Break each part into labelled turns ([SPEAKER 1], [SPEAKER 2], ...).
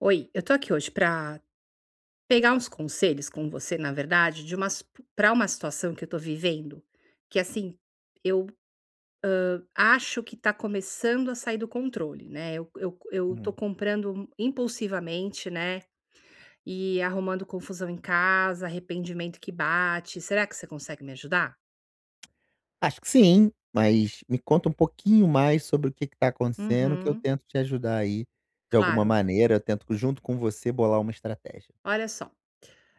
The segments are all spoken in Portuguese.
[SPEAKER 1] Oi, eu tô aqui hoje pra pegar uns conselhos com você, na verdade, de umas pra uma situação que eu tô vivendo, que assim, eu acho que tá começando a sair do controle, né. Eu tô
[SPEAKER 2] Hum.
[SPEAKER 1] comprando impulsivamente, né, e arrumando confusão em casa, arrependimento que bate. Será que você consegue me ajudar?
[SPEAKER 2] Acho que sim, mas me conta um pouquinho mais sobre o que está acontecendo, que eu
[SPEAKER 1] Uhum,
[SPEAKER 2] tento te ajudar aí de alguma
[SPEAKER 1] claro.
[SPEAKER 2] maneira, eu tento junto com você bolar uma estratégia.
[SPEAKER 1] Olha só,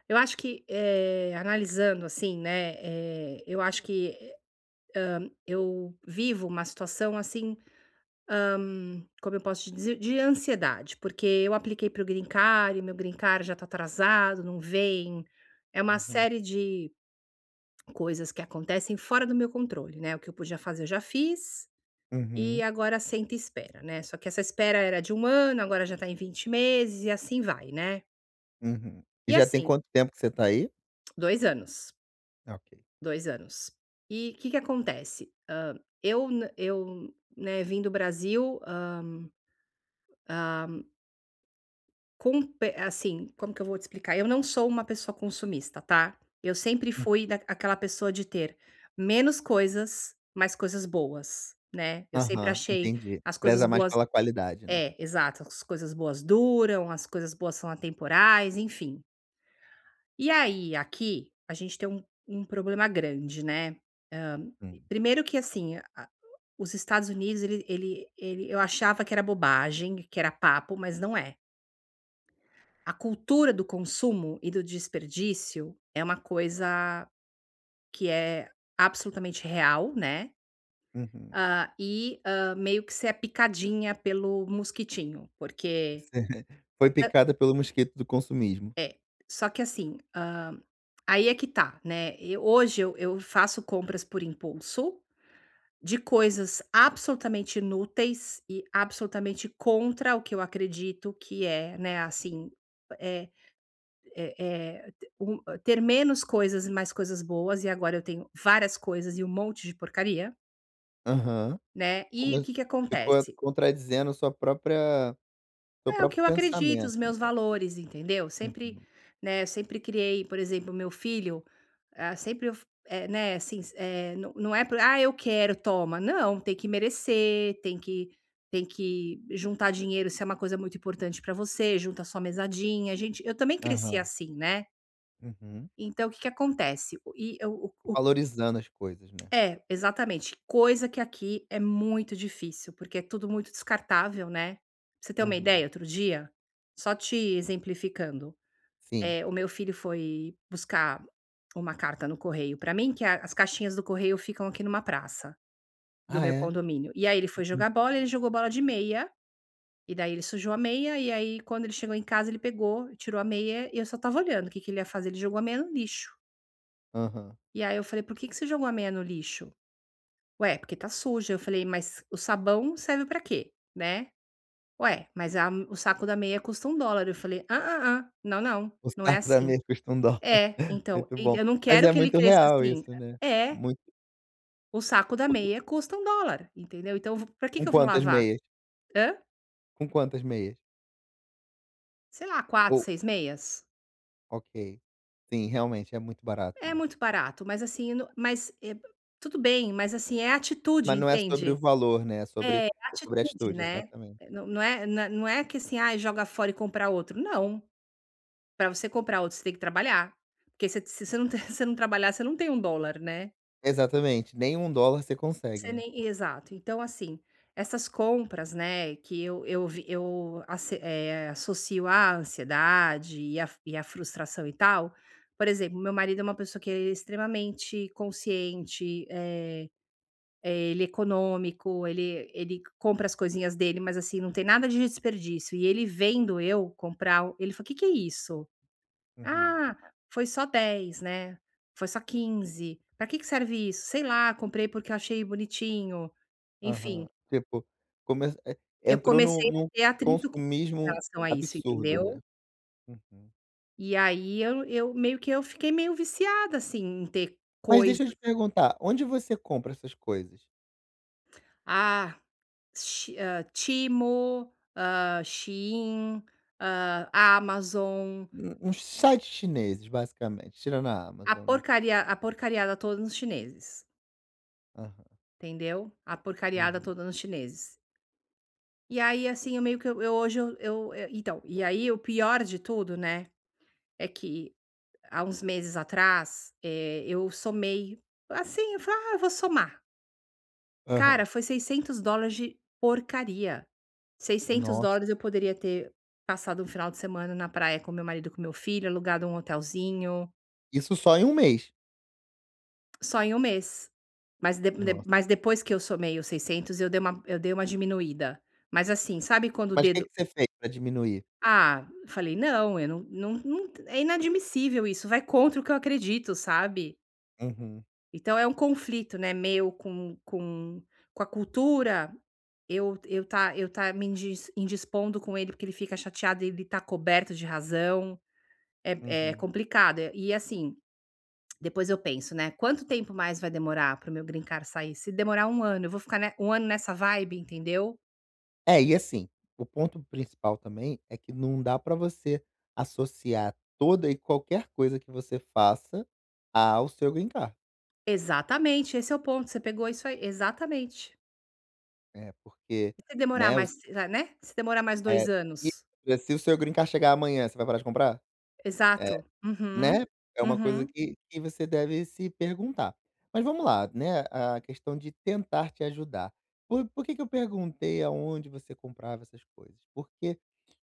[SPEAKER 1] eu acho que, analisando assim, né, eu acho que eu vivo uma situação assim. Como eu posso te dizer? De ansiedade, porque eu apliquei para o green card, e meu green card já está atrasado, não vem. É uma
[SPEAKER 2] Uhum,
[SPEAKER 1] série de coisas que acontecem fora do meu controle, né? O que eu podia fazer, eu já fiz. E
[SPEAKER 2] uhum,
[SPEAKER 1] agora senta e espera, né? Só que essa espera era de um ano, agora já está em 20 meses, e assim vai, né?
[SPEAKER 2] uhum. E
[SPEAKER 1] E
[SPEAKER 2] já tem
[SPEAKER 1] assim,
[SPEAKER 2] quanto tempo que você está aí?
[SPEAKER 1] 2 anos.
[SPEAKER 2] Ok.
[SPEAKER 1] 2 anos. E o que que acontece? Né, vim do Brasil. Compe Assim, como que eu vou te explicar? Eu não sou uma pessoa consumista, tá. Eu sempre fui da aquela pessoa de ter menos coisas, mais coisas boas, né. Eu sempre
[SPEAKER 2] Aham,
[SPEAKER 1] achei
[SPEAKER 2] entendi.
[SPEAKER 1] as coisas
[SPEAKER 2] Preza mais
[SPEAKER 1] boas.
[SPEAKER 2] pela qualidade, né.
[SPEAKER 1] É, exato, as coisas boas duram, as coisas boas são atemporais, enfim. E aí, aqui, a gente tem um problema grande, né. Hã,
[SPEAKER 2] Hum,
[SPEAKER 1] primeiro que assim, a os Estados Unidos ele eu achava que era bobagem, que era papo, mas não é. A cultura do consumo e do desperdício é uma coisa que é absolutamente real, né,
[SPEAKER 2] uhum.
[SPEAKER 1] meio que você é picadinha pelo mosquitinho,
[SPEAKER 2] Você
[SPEAKER 1] porque
[SPEAKER 2] foi
[SPEAKER 1] ah,
[SPEAKER 2] picada pelo mosquito do consumismo.
[SPEAKER 1] só que assim, aí é que tá, né, eu hoje eu faço compras por impulso, de coisas absolutamente inúteis e absolutamente contra o que eu acredito que é, né, assim, eh, Eh eh, ter menos coisas e mais coisas boas, e agora eu tenho várias coisas e um monte de porcaria,
[SPEAKER 2] Aham.
[SPEAKER 1] né. E
[SPEAKER 2] Come
[SPEAKER 1] o que que
[SPEAKER 2] ficou
[SPEAKER 1] acontece?
[SPEAKER 2] contradizendo sua própria seu
[SPEAKER 1] É o que
[SPEAKER 2] próprio
[SPEAKER 1] eu acredito, os
[SPEAKER 2] pensamento,
[SPEAKER 1] meus
[SPEAKER 2] né.
[SPEAKER 1] valores, entendeu. Sempre,
[SPEAKER 2] Uhum.
[SPEAKER 1] né, eu sempre criei, por exemplo, meu filho, ah, sempre eu f eh, né, assim, não é por: "Ah, eu quero, toma". Não, tem que merecer, tem que juntar dinheiro se é uma coisa muito importante pra você, junta a sua mesadinha. Gente, eu também cresci
[SPEAKER 2] Aham.
[SPEAKER 1] assim, né.
[SPEAKER 2] Uhum.
[SPEAKER 1] Então o que que acontece? O e eu o
[SPEAKER 2] Valorizando as coisas, né.
[SPEAKER 1] É, exatamente. Coisa que aqui é muito difícil, porque é tudo muito descartável, né. Pra você ter uma ideia,
[SPEAKER 2] Uhum.
[SPEAKER 1] outro dia, só te exemplificando,
[SPEAKER 2] Sim.
[SPEAKER 1] o meu filho foi buscar uma carta no correio pra mim, que a as caixinhas do correio ficam aqui numa praça do
[SPEAKER 2] Ah,
[SPEAKER 1] meu
[SPEAKER 2] é?
[SPEAKER 1] condomínio. E aí ele foi
[SPEAKER 2] Uhum.
[SPEAKER 1] jogar bola, ele jogou bola de meia, e daí ele sujou a meia, e aí quando ele chegou em casa, ele pegou, tirou a meia e eu só estava olhando o que que ele ia fazer, ele jogou a meia no lixo.
[SPEAKER 2] Aham.
[SPEAKER 1] E aí eu falei: "Por que que você jogou a meia no lixo?" Ué, porque tá suja. Eu falei: "Mas o sabão serve pra quê?", né. "Ué, mas a o saco da meia custa $1." Eu falei: "Ah, não, não,
[SPEAKER 2] O
[SPEAKER 1] não é
[SPEAKER 2] saco da
[SPEAKER 1] assim."
[SPEAKER 2] meia custa US$ 1.
[SPEAKER 1] É, então,
[SPEAKER 2] Muito
[SPEAKER 1] e
[SPEAKER 2] bom.
[SPEAKER 1] eu não
[SPEAKER 2] Mas
[SPEAKER 1] quero
[SPEAKER 2] é
[SPEAKER 1] que ele
[SPEAKER 2] muito
[SPEAKER 1] cresça
[SPEAKER 2] real
[SPEAKER 1] assim.
[SPEAKER 2] isso, né.
[SPEAKER 1] É,
[SPEAKER 2] Muito
[SPEAKER 1] o saco da
[SPEAKER 2] porque
[SPEAKER 1] meia custa $1, entendeu. Então eu vou, pra que
[SPEAKER 2] com
[SPEAKER 1] que eu vou
[SPEAKER 2] quantas
[SPEAKER 1] lavar?
[SPEAKER 2] meias?
[SPEAKER 1] Hã?
[SPEAKER 2] Com quantas meias?
[SPEAKER 1] Sei lá,
[SPEAKER 2] Ou
[SPEAKER 1] 4, 6 meias?
[SPEAKER 2] Ok. Sim, realmente é muito barato,
[SPEAKER 1] É
[SPEAKER 2] né.
[SPEAKER 1] muito barato, mas assim, eu não mas, tudo bem, mas assim, é atitude,
[SPEAKER 2] Mas não é sobre o
[SPEAKER 1] entende.
[SPEAKER 2] valor, né, é
[SPEAKER 1] É,
[SPEAKER 2] sobre
[SPEAKER 1] é
[SPEAKER 2] é sobre a
[SPEAKER 1] atitude,
[SPEAKER 2] atitude,
[SPEAKER 1] né.
[SPEAKER 2] exatamente.
[SPEAKER 1] É, não é que assim: "ah, joga fora e compra outro". Não. Pra você comprar outro, você tem que trabalhar, porque você se você não te você não trabalhar, você não tem $1, né.
[SPEAKER 2] Exatamente, nem US$ 1 você consegue,
[SPEAKER 1] Você
[SPEAKER 2] né.
[SPEAKER 1] nem exato. Então, assim, essas compras, né, que eu vi eu asse eh, associo à ansiedade e à frustração e tal. Por exemplo, meu marido é uma pessoa que é extremamente consciente, ele é econômico, ele compra as coisinhas dele, mas, assim, não tem nada de desperdício. E ele vendo eu comprar, ele fala: o "Que que é isso?"
[SPEAKER 2] Uhum,
[SPEAKER 1] Ah, foi só 10, né, foi só 15. Pra que que serve isso? Sei lá, comprei porque eu achei bonitinho.
[SPEAKER 2] aham.
[SPEAKER 1] Enfim,
[SPEAKER 2] Tipo, come eh,
[SPEAKER 1] eu
[SPEAKER 2] entrou
[SPEAKER 1] comecei
[SPEAKER 2] num
[SPEAKER 1] a ter atrito com
[SPEAKER 2] consumismo
[SPEAKER 1] relação a isso,
[SPEAKER 2] absurdo, né.
[SPEAKER 1] entendeu.
[SPEAKER 2] Uhum.
[SPEAKER 1] E aí eu meio que eu fiquei meio viciada, assim, em ter
[SPEAKER 2] Mas deixa
[SPEAKER 1] coisas.
[SPEAKER 2] eu te perguntar, onde você compra essas coisas?
[SPEAKER 1] Ah, Temu, Shein, Amazon,
[SPEAKER 2] N nos sites chineses, basicamente, tirando a Amazon, né.
[SPEAKER 1] a porcariada toda nos chineses,
[SPEAKER 2] Aham,
[SPEAKER 1] entendeu. A porcariada
[SPEAKER 2] uhum,
[SPEAKER 1] toda nos chineses. E aí, assim, eu meio que eu hoje eu eh, então, e aí o pior de tudo, né, é que há uns meses atrás, eu somei, assim, eu falei: "Ah, eu vou somar." Cara,
[SPEAKER 2] aham.
[SPEAKER 1] foi $600 de porcaria. seiscentos
[SPEAKER 2] Nossa,
[SPEAKER 1] dólares eu poderia ter passado um final de semana na praia com meu marido, com meu filho, alugado um hotelzinho,
[SPEAKER 2] isso só em um mês?
[SPEAKER 1] só em um mês. Mas de
[SPEAKER 2] Nossa.
[SPEAKER 1] mas depois que eu somei os 600 eu dei uma diminuída. Mas assim, sabe quando o
[SPEAKER 2] Mas o que
[SPEAKER 1] dedo.
[SPEAKER 2] que você fez para diminuir?
[SPEAKER 1] Ah, falei: "Não, eu não é inadmissível isso, vai contra o que eu acredito", sabe.
[SPEAKER 2] Uhum.
[SPEAKER 1] Então é um conflito, né, meu com a cultura, eu tá me indispondo com ele, porque ele fica chateado. Ele tá coberto de razão, é
[SPEAKER 2] Uhum.
[SPEAKER 1] complicado. E assim, depois eu penso, né, quanto tempo mais vai demorar para o meu green card sair? Se demorar um ano, eu vou ficar ne um ano nessa vibe, entendeu.
[SPEAKER 2] É, e assim, o ponto principal também é que não dá pra você associar toda e qualquer coisa que você faça ao seu green card.
[SPEAKER 1] Exatamente, esse é o ponto, você pegou isso aí, exatamente.
[SPEAKER 2] É, porque,
[SPEAKER 1] Se demorar
[SPEAKER 2] né,
[SPEAKER 1] mais, né, se demorar mais
[SPEAKER 2] é,
[SPEAKER 1] 2 anos.
[SPEAKER 2] e se o seu green card chegar amanhã, você vai parar de comprar? É,
[SPEAKER 1] Exato.
[SPEAKER 2] né,
[SPEAKER 1] Uhum,
[SPEAKER 2] é uma coisa
[SPEAKER 1] uhum.
[SPEAKER 2] que você deve se perguntar. Mas vamos lá, né, a questão de tentar te ajudar. Por que que eu perguntei aonde você comprava essas coisas? Porque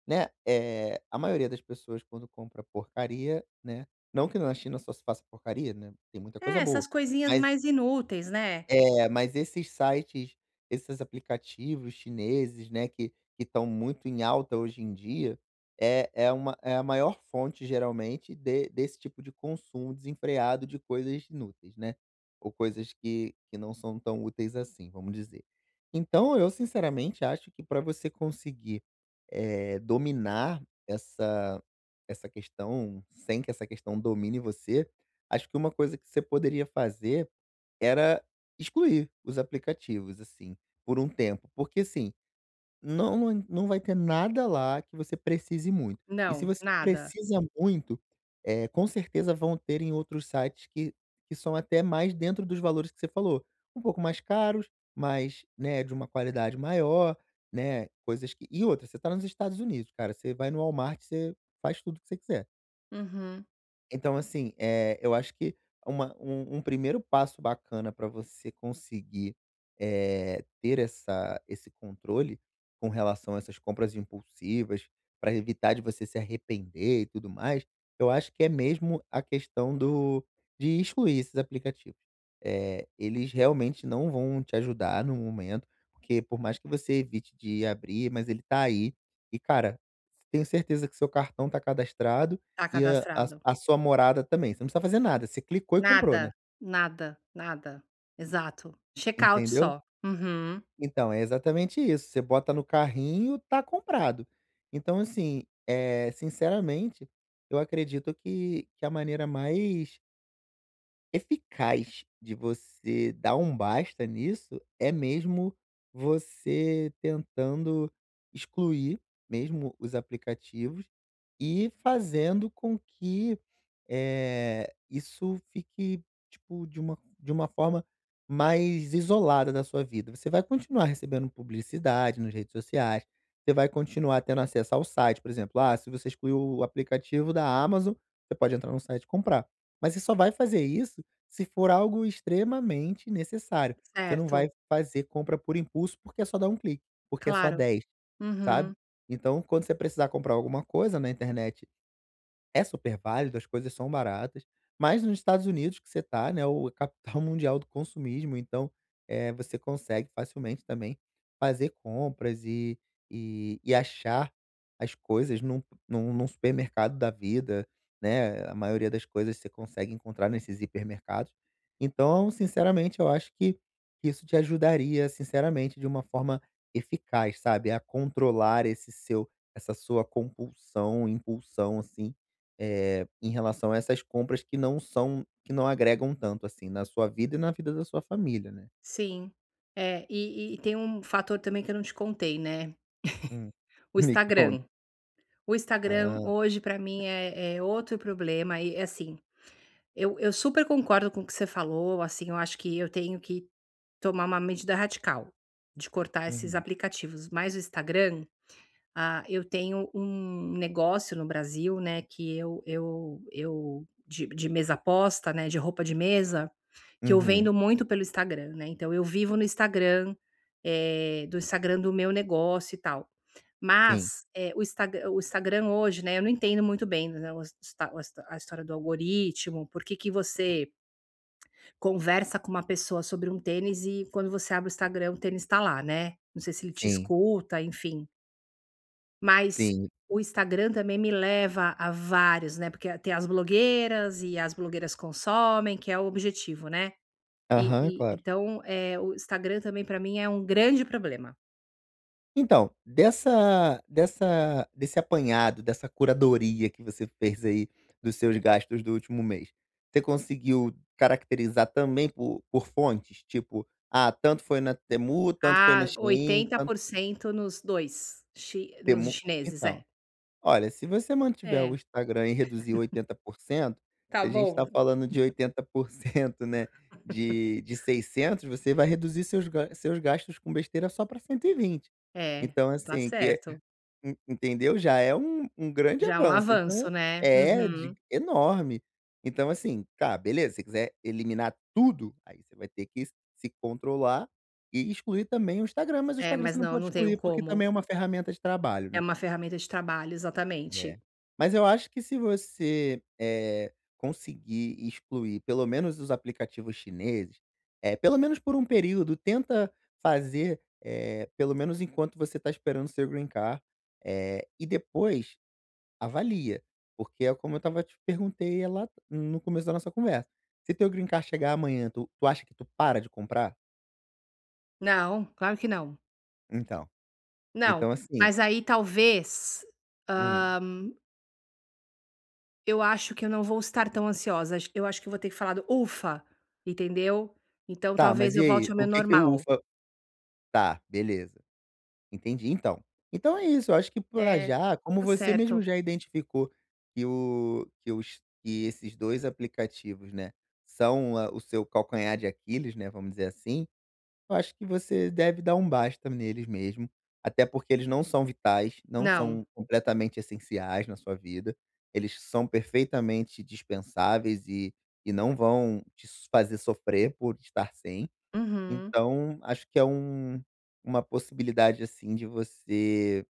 [SPEAKER 2] Né, é a maioria das pessoas quando compra porcaria, né, não que na China só se faça porcaria, né, tem muita coisa
[SPEAKER 1] É,
[SPEAKER 2] boa,
[SPEAKER 1] essas coisinhas
[SPEAKER 2] mas
[SPEAKER 1] mais inúteis, né.
[SPEAKER 2] é, mas esses sites, esses aplicativos chineses, né, que estão muito em alta hoje em dia, é é uma é a maior fonte geralmente de desse tipo de consumo desenfreado de coisas inúteis, né, ou coisas que não são tão úteis assim, vamos dizer. Então eu sinceramente acho que para você conseguir, dominar essa essa questão, sem que essa questão domine você, acho que uma coisa que você poderia fazer era excluir os aplicativos, assim, por um tempo, porque assim, não vai ter nada lá que você precise muito. E se
[SPEAKER 1] Não,
[SPEAKER 2] você
[SPEAKER 1] nada.
[SPEAKER 2] precisa muito, é com certeza vão ter em outros sites que são até mais dentro dos valores que você falou, um pouco mais caros, mas, né, de uma qualidade maior, né, coisas que e outra, você está nos Estados Unidos, cara, você vai no Walmart, você faz tudo que você quiser.
[SPEAKER 1] Uhum.
[SPEAKER 2] Então, assim, eu acho que uma um um primeiro passo bacana para você conseguir, ter essa esse controle com relação a essas compras impulsivas, para evitar de você se arrepender e tudo mais, eu acho que é mesmo a questão do de excluir esses aplicativos. Eles realmente não vão te ajudar no momento, porque por mais que você evite de abrir, mas ele tá aí. E, cara, tenho certeza que seu cartão tá cadastrado
[SPEAKER 1] Tá
[SPEAKER 2] e a a
[SPEAKER 1] cadastrado.
[SPEAKER 2] a sua morada também, você não precisa fazer nada, você clicou e comprou,
[SPEAKER 1] Nada,
[SPEAKER 2] né,
[SPEAKER 1] nada, nada. Exato. Checkout
[SPEAKER 2] entendeu?
[SPEAKER 1] só. Uhum.
[SPEAKER 2] Então, é exatamente isso, você bota no carrinho, tá comprado. Então assim, é sinceramente, eu acredito que a maneira mais eficaz de você dar um basta nisso é mesmo você tentando excluir mesmo os aplicativos e fazendo com que, isso fique, tipo, de uma forma mais isolada da sua vida. Você vai continuar recebendo publicidade nas redes sociais, você vai continuar tendo acesso ao site, por exemplo, ah, se você excluiu o aplicativo da Amazon, você pode entrar no site e comprar. Mas você só vai fazer isso se for algo extremamente necessário, você não
[SPEAKER 1] Certo,
[SPEAKER 2] vai fazer compra por impulso, porque é só dar um clique, porque é só
[SPEAKER 1] claro.
[SPEAKER 2] 10, sabe.
[SPEAKER 1] Uhum,
[SPEAKER 2] Então, quando você precisar comprar alguma coisa na internet é super válido, as coisas são baratas, mas nos Estados Unidos que você está, né, o a capital mundial do consumismo, então, você consegue facilmente também fazer compras e e achar as coisas num supermercado da vida, né, a maioria das coisas você consegue encontrar nesses hipermercados. Então, sinceramente, eu acho que isso te ajudaria, sinceramente, de uma forma eficaz, sabe, a controlar esse seu essa sua compulsão, impulsão, assim, em relação a essas compras que não agregam tanto, assim, na sua vida e na vida da sua família, né.
[SPEAKER 1] sim. É, e tem um fator também que eu não te contei, né,
[SPEAKER 2] Hum.
[SPEAKER 1] o
[SPEAKER 2] Me conta.
[SPEAKER 1] Instagram. O Instagram
[SPEAKER 2] Ah,
[SPEAKER 1] hoje pra mim é é outro problema e, assim, Eu super concordo com o que você falou, assim, eu acho que eu tenho que tomar uma medida radical, de cortar esses
[SPEAKER 2] uhum,
[SPEAKER 1] aplicativos, mas o Instagram, ah, eu tenho um negócio no Brasil, né, que eu de mesa aposta, né, de roupa de mesa, que eu
[SPEAKER 2] uhum.
[SPEAKER 1] vendo muito pelo Instagram, né, então eu vivo no Instagram, do Instagram do meu negócio e tal.
[SPEAKER 2] Sim,
[SPEAKER 1] Mas, o Instagram hoje, né, eu não entendo muito bem, né, o hista a história do algoritmo, por que que você conversa com uma pessoa sobre um tênis e quando você abre o Instagram o tênis está lá, né. Não sei se ele te
[SPEAKER 2] sim,
[SPEAKER 1] escuta, enfim. Mas
[SPEAKER 2] sim.
[SPEAKER 1] o Instagram também me leva a vários, né, porque tem as blogueiras e as blogueiras consomem, que é o objetivo, né.
[SPEAKER 2] Aham,
[SPEAKER 1] E
[SPEAKER 2] claro.
[SPEAKER 1] então, o Instagram também para mim é um grande problema.
[SPEAKER 2] Então, dessa dessa desse apanhado, dessa curadoria que você fez aí dos seus gastos do último mês, você conseguiu caracterizar também por fontes? Tipo, ah, tanto foi na Temu, tanto foi na
[SPEAKER 1] Ah,
[SPEAKER 2] Shein,
[SPEAKER 1] oitenta
[SPEAKER 2] tanto
[SPEAKER 1] por cento nos 2, chi nos
[SPEAKER 2] Temu
[SPEAKER 1] chineses, é.
[SPEAKER 2] então olha, se você mantiver o
[SPEAKER 1] É,
[SPEAKER 2] Instagram e reduzir 80%,
[SPEAKER 1] tá
[SPEAKER 2] se a gente está
[SPEAKER 1] bom.
[SPEAKER 2] falando de 80%, né, de 600, você vai reduzir seus gastos com besteira só para 120.
[SPEAKER 1] É,
[SPEAKER 2] Então
[SPEAKER 1] tá
[SPEAKER 2] assim, que é
[SPEAKER 1] certo.
[SPEAKER 2] en entendeu? Já é um grande
[SPEAKER 1] Já é um
[SPEAKER 2] avanço,
[SPEAKER 1] avanço,
[SPEAKER 2] então
[SPEAKER 1] né.
[SPEAKER 2] é,
[SPEAKER 1] Uhum.
[SPEAKER 2] de enorme. Então assim, tá, beleza, se você quiser eliminar tudo, aí você vai ter que se controlar e excluir também o Instagram, mas o
[SPEAKER 1] É,
[SPEAKER 2] Instagram
[SPEAKER 1] mas
[SPEAKER 2] você não
[SPEAKER 1] não,
[SPEAKER 2] pode
[SPEAKER 1] não tenho
[SPEAKER 2] excluir, porque
[SPEAKER 1] como.
[SPEAKER 2] também é uma ferramenta de trabalho,
[SPEAKER 1] É
[SPEAKER 2] né.
[SPEAKER 1] uma ferramenta de trabalho,
[SPEAKER 2] É.
[SPEAKER 1] exatamente.
[SPEAKER 2] Mas eu acho que se você, conseguir excluir pelo menos os aplicativos chineses, pelo menos por um período, tenta fazer, pelo menos enquanto você está esperando o seu green card, e depois avalia, porque é como eu estava te perguntei é lá no começo da nossa conversa. Se teu green card chegar amanhã, tu acha que tu para de comprar?
[SPEAKER 1] Não, claro que não.
[SPEAKER 2] Então
[SPEAKER 1] Não,
[SPEAKER 2] então assim,
[SPEAKER 1] mas aí talvez,
[SPEAKER 2] hum.
[SPEAKER 1] ah, eu acho que eu não vou estar tão ansiosa, acho que eu vou ter falado: "Ufa", entendeu? Então
[SPEAKER 2] Tá,
[SPEAKER 1] talvez
[SPEAKER 2] mas
[SPEAKER 1] eu
[SPEAKER 2] e
[SPEAKER 1] volte
[SPEAKER 2] aí,
[SPEAKER 1] ao meu
[SPEAKER 2] o que que o
[SPEAKER 1] normal.
[SPEAKER 2] ufa tá, beleza. Entendi, então. Então é isso, eu acho que pra
[SPEAKER 1] É,
[SPEAKER 2] já, como
[SPEAKER 1] tá
[SPEAKER 2] você mesmo
[SPEAKER 1] certo.
[SPEAKER 2] já identificou que o que os que esses 2 aplicativos, né, são a o seu calcanhar de Aquiles, né, vamos dizer assim, eu acho que você deve dar um basta neles mesmo, até porque eles não são vitais, não
[SPEAKER 1] Não.
[SPEAKER 2] são completamente essenciais na sua vida, eles são perfeitamente dispensáveis e não vão te fazer sofrer por estar sem.
[SPEAKER 1] Uhum.
[SPEAKER 2] Então, acho que é uma possibilidade, assim, de você,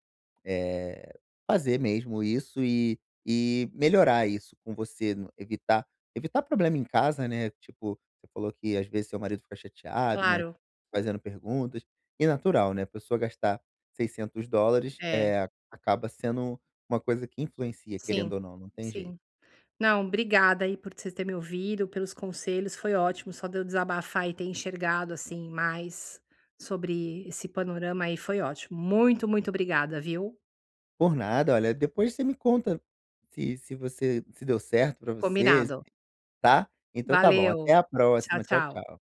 [SPEAKER 2] eh, fazer mesmo isso e melhorar isso com você, no evitar problema em casa, né, tipo, você falou que às vezes seu marido fica chateado, né,
[SPEAKER 1] Claro.
[SPEAKER 2] fazendo perguntas, e natural, né, a pessoa gastar US$ 600
[SPEAKER 1] É.
[SPEAKER 2] acaba sendo uma coisa que influencia,
[SPEAKER 1] Sim,
[SPEAKER 2] querendo ou não, não tem jeito.
[SPEAKER 1] sim. Não, obrigada aí por você ter me ouvido, pelos conselhos, foi ótimo, só de eu desabafar e ter enxergado, assim, mais sobre esse panorama aí foi ótimo. Muito, muito obrigada, viu.
[SPEAKER 2] Por nada, olha, depois você me conta se você se deu certo pra você.
[SPEAKER 1] Combinado.
[SPEAKER 2] Tá? Então tá bom,
[SPEAKER 1] Valeu.
[SPEAKER 2] até a
[SPEAKER 1] Tchau,
[SPEAKER 2] próxima. Tchau,
[SPEAKER 1] tchau.
[SPEAKER 2] tchau.